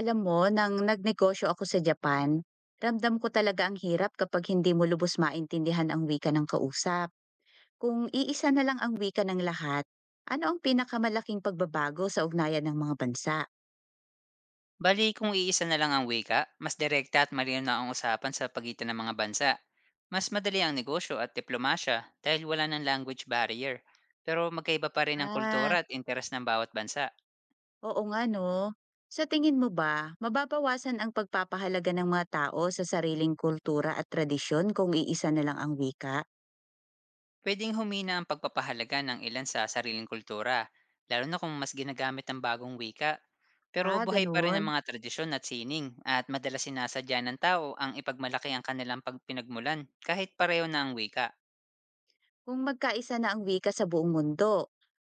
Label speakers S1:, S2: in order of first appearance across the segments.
S1: Alam mo, nang nagnegosyo ako sa Japan, ramdam ko talaga ang hirap kapag hindi mo lubos maintindihan ang wika ng kausap. Kung iisa na lang ang wika ng lahat, ano ang pinakamalaking pagbabago sa ugnayan ng mga bansa?
S2: Bali kung iisa na lang ang wika, mas direkta at malinaw na ang usapan sa pagitan ng mga bansa. Mas madali ang negosyo at diplomasya dahil wala ng language barrier. Pero magkaiba pa rin ang kultura
S1: Ah,
S2: at interes ng bawat bansa.
S1: oo nga no. Sa tingin mo ba, mababawasan ang pagpapahalaga ng mga tao sa sariling kultura at tradisyon kung iisa na lang ang wika?
S2: Pwedeng humina ang pagpapahalaga ng ilan sa sariling kultura, lalo na kung mas ginagamit ang bagong wika. Pero
S1: Ah,
S2: buhay pa rin
S1: ganun.
S2: ang mga tradisyon at sining, at madalas sinasadya ng tao ang ipagmalaki ang kanilang pagpinagmulan kahit pareho na ang wika.
S1: Kung magkaisa na ang wika sa buong mundo,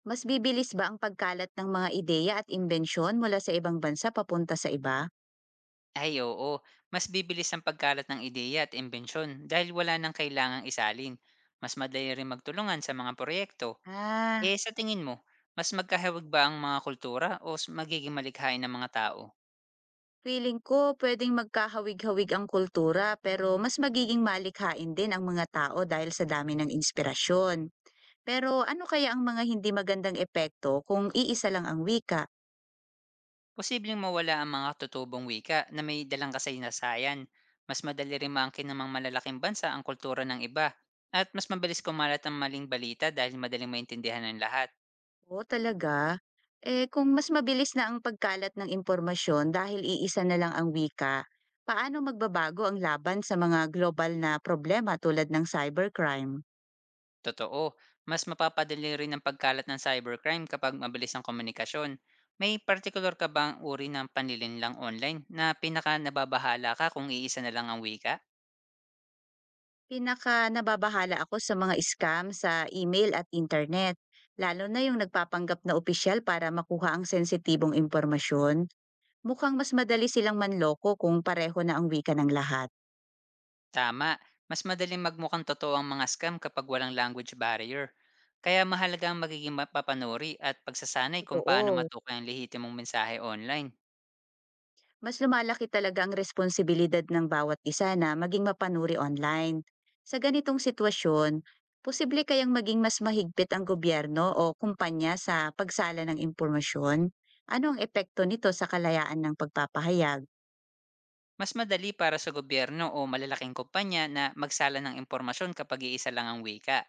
S1: mas bibilis ba ang pagkalat ng mga ideya at imbensyon mula sa ibang bansa papunta sa iba?
S2: Ay oo, mas bibilis ang pagkalat ng ideya at imbensyon dahil wala nang kailangang isalin. Mas madali rin magtulungan sa mga proyekto.
S1: Ah,
S2: Eh sa tingin mo, mas magkahawig ba ang mga kultura o magiging malikhain ng mga tao?
S1: Feeling ko pwedeng magkahawig-hawig ang kultura pero mas magiging malikhain din ang mga tao dahil sa dami ng inspirasyon. Pero ano kaya ang mga hindi magandang epekto kung iisa lang ang wika?
S2: Posibleng mawala ang mga tutubong wika na may dalang kasaysayan. Mas madali rin maangkin ng mga malalaking bansa ang kultura ng iba. At mas mabilis kumalat ang maling balita dahil madaling maintindihan ng lahat.
S1: Oo talaga? Eh, kung mas mabilis na ang pagkalat ng impormasyon dahil iisa na lang ang wika, paano magbabago ang laban sa mga global na problema tulad ng cybercrime?
S2: Totoo, mas mapapadali rin ang pagkalat ng cybercrime kapag mabilis ang komunikasyon. May particular ka bang uri ng panlilinlang online na pinaka nababahala ka kung iisa na lang ang wika?
S1: Pinaka nababahala ako sa mga scam sa email at internet, lalo na yung nagpapanggap na opisyal para makuha ang sensitibong impormasyon. Mukhang mas madali silang manloko kung pareho na ang wika ng lahat.
S2: Tama, mas madaling magmukhang totoo ang mga scam kapag walang language barrier. Kaya mahalaga ang magiging mapapanuri at pagsasanay kung paano
S1: Totoo.
S2: matukoy ang lehitimong mensahe online.
S1: Mas lumalaki talaga ang responsibilidad ng bawat isa na maging mapanuri online. Sa ganitong sitwasyon, posible kayang maging mas mahigpit ang gobyerno o kumpanya sa pagsala ng impormasyon? Ano ang epekto nito sa kalayaan ng pagpapahayag?
S2: Mas madali para sa gobyerno o malalaking kumpanya na magsala ng impormasyon kapag iisa lang ang wika.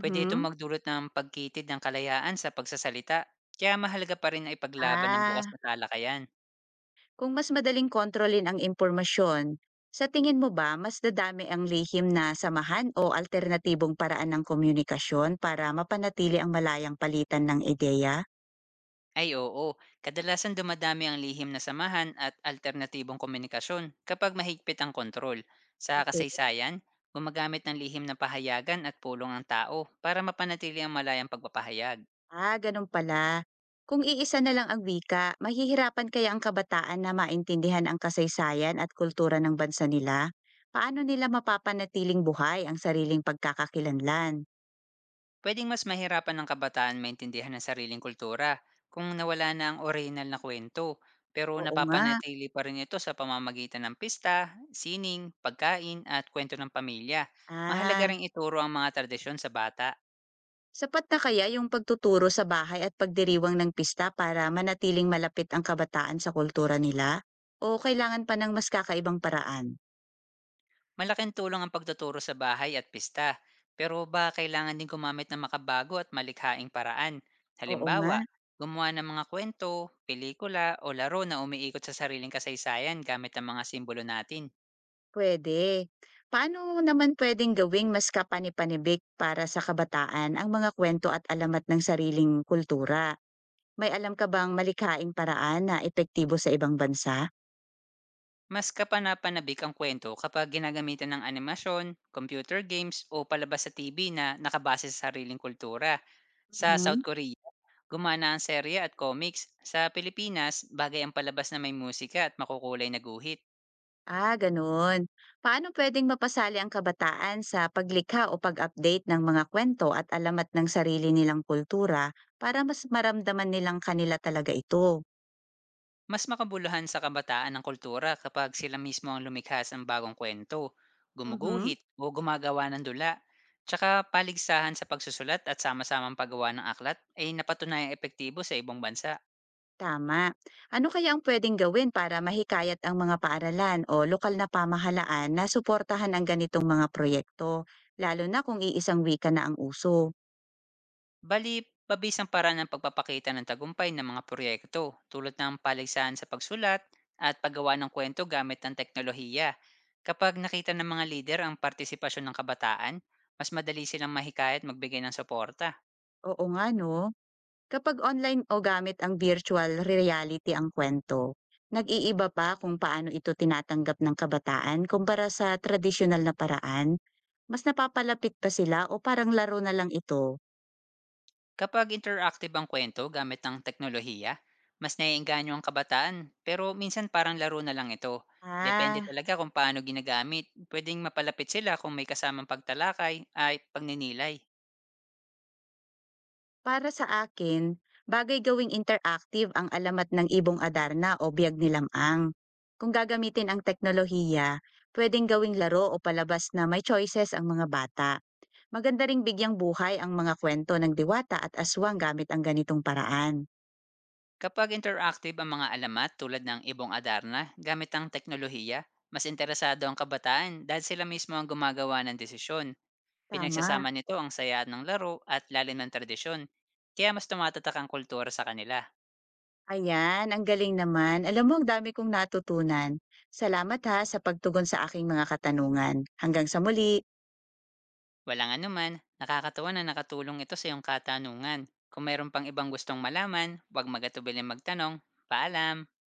S2: Pwede itong magdulot ng pagkitid ng kalayaan sa pagsasalita, kaya mahalaga pa rin na ipaglaban ng bukas
S1: Ah,
S2: na talakayan.
S1: kung mas madaling kontrolin ang impormasyon, sa tingin mo ba mas dadami ang lihim na samahan o alternatibong paraan ng komunikasyon para mapanatili ang malayang palitan ng ideya?
S2: Ay oo, kadalasan dumadami ang lihim na samahan at alternatibong komunikasyon kapag mahigpit ang kontrol. Sa
S1: Okay.
S2: kasaysayan, gumagamit ng lihim na pahayagan at pulong ang tao para mapanatili ang malayang pagpapahayag.
S1: Ah, ganun pala. Kung iisa na lang ang wika, mahihirapan kaya ang kabataan na maintindihan ang kasaysayan at kultura ng bansa nila? Paano nila mapapanatiling buhay ang sariling pagkakakilanlan?
S2: Puwedeng mas mahirapan ng kabataan maintindihan ang sariling kultura kung nawala na ang orihinal na kuwento, pero
S1: Oo nga.
S2: napapanatili pa rin ito sa pamamagitan ng pista, sining, pagkain at kwento ng pamilya. Mahalaga
S1: Ah,
S2: ring ituro ang mga tradisyon sa bata.
S1: sapat na kaya yung pagtuturo sa bahay at pagdiriwang ng pista para manatiling malapit ang kabataan sa kultura nila? O kailangan pa ng mas kakaibang paraan?
S2: Malaking tulong ang pagtuturo sa bahay at pista, pero ba kailangan din gumamit ng makabago at malikhaing paraan?
S1: Oo nga.
S2: Halimbawa, gumawa ng mga kwento, pelikula o laro na umiikot sa sariling kasaysayan gamit ang mga simbolo natin.
S1: Pwede. Paano naman puwedeng gawing mas kapani-panibik para sa kabataan ang mga kwento at alamat ng sariling kultura? May alam ka bang malikhaing paraan na epektibo sa ibang bansa?
S2: Mas kapanapanabik ang kwento kapag ginagamitan ng animasyon, computer games o palabas sa TV na nakabase sa sariling kultura. Sa South
S1: Mhm.
S2: Korea, gumana ang serye at comics. Sa Pilipinas, bagay ang palabas na may musika at makukulay na guhit.
S1: Ah, gano'n. Paano puwedeng mapasali ang kabataan sa paglikha o pag-update ng mga kwento at alamat ng sarili nilang kultura para mas maramdaman nilang kanila talaga ito?
S2: Mas makabuluhan sa kabataan ang kultura kapag sila mismo ang lumikha ng bagong kwento,
S1: Mhm.
S2: gumuguhit o gumagawa ng dula. Tsaka paligsahan sa pagsusulat at sama-samang paggawa ng aklat ay napatunayang epektibo sa ibang bansa.
S1: Tama. Ano kaya ang pwedeng gawin para mahikayat ang mga paaralan o lokal na pamahalaan na suportahan ang ganitong mga proyekto, lalo na kung iisang wika na ang uso?
S2: Bali, mabis ang paraan ng pagpapakita ng tagumpay ng mga proyekto tulad ng paligsahan sa pagsulat at paggawa ng kwento gamit ang teknolohiya. Kapag nakita ng mga lider ang partisipasyon ng kabataan, mas madali silang mahikayat magbigay ng suporta.
S1: Oo nga no, kapag online o gamit ang virtual reality ang kwento, nag-iiba pa kung paano ito tinatanggap ng kabataan kumpara sa tradisyonal na paraan? Mas napapalapit pa sila o parang laro na lang ito?
S2: Kapag interactive ang kwento gamit ng teknolohiya, mas naiengganyo ang kabataan, pero minsan parang laro na lang ito. Depende
S1: Ah.
S2: talaga kung paano ginagamit. Pwedeng mapalapit sila kung may kasamang pagtalakay ay pagninilay.
S1: Para sa akin, bagay gawing interactive ang alamat ng ibong Adarna o biyag ni Lamang. Kung gagamitin ang teknolohiya, pwedeng gawing laro o palabas na may choices ang mga bata. Maganda ring bigyang buhay ang mga kwento ng diwata at aswang gamit ang ganitong paraan.
S2: Kapag interactive ang mga alamat tulad ng Ibong Adarna gamit ang teknolohiya, mas interesado ang kabataan dahil sila mismo ang gumagawa ng desisyon.
S1: Tama.
S2: Pinagsasama nito ang saya ng laro at lalim ng tradisyon, kaya mas tumatatak ang kultura sa kanila.
S1: Ayan, ang galing naman. Alam mo, ang dami kong natutunan. Salamat ha sa pagtugon sa aking mga katanungan. Hanggang sa muli.
S2: Walang anuman, nakakatuwa na nakatulong ito sa iyong katanungan. Kung mayroon pang ibang gustong malaman, huwag magatubiling magtanong. Paalam!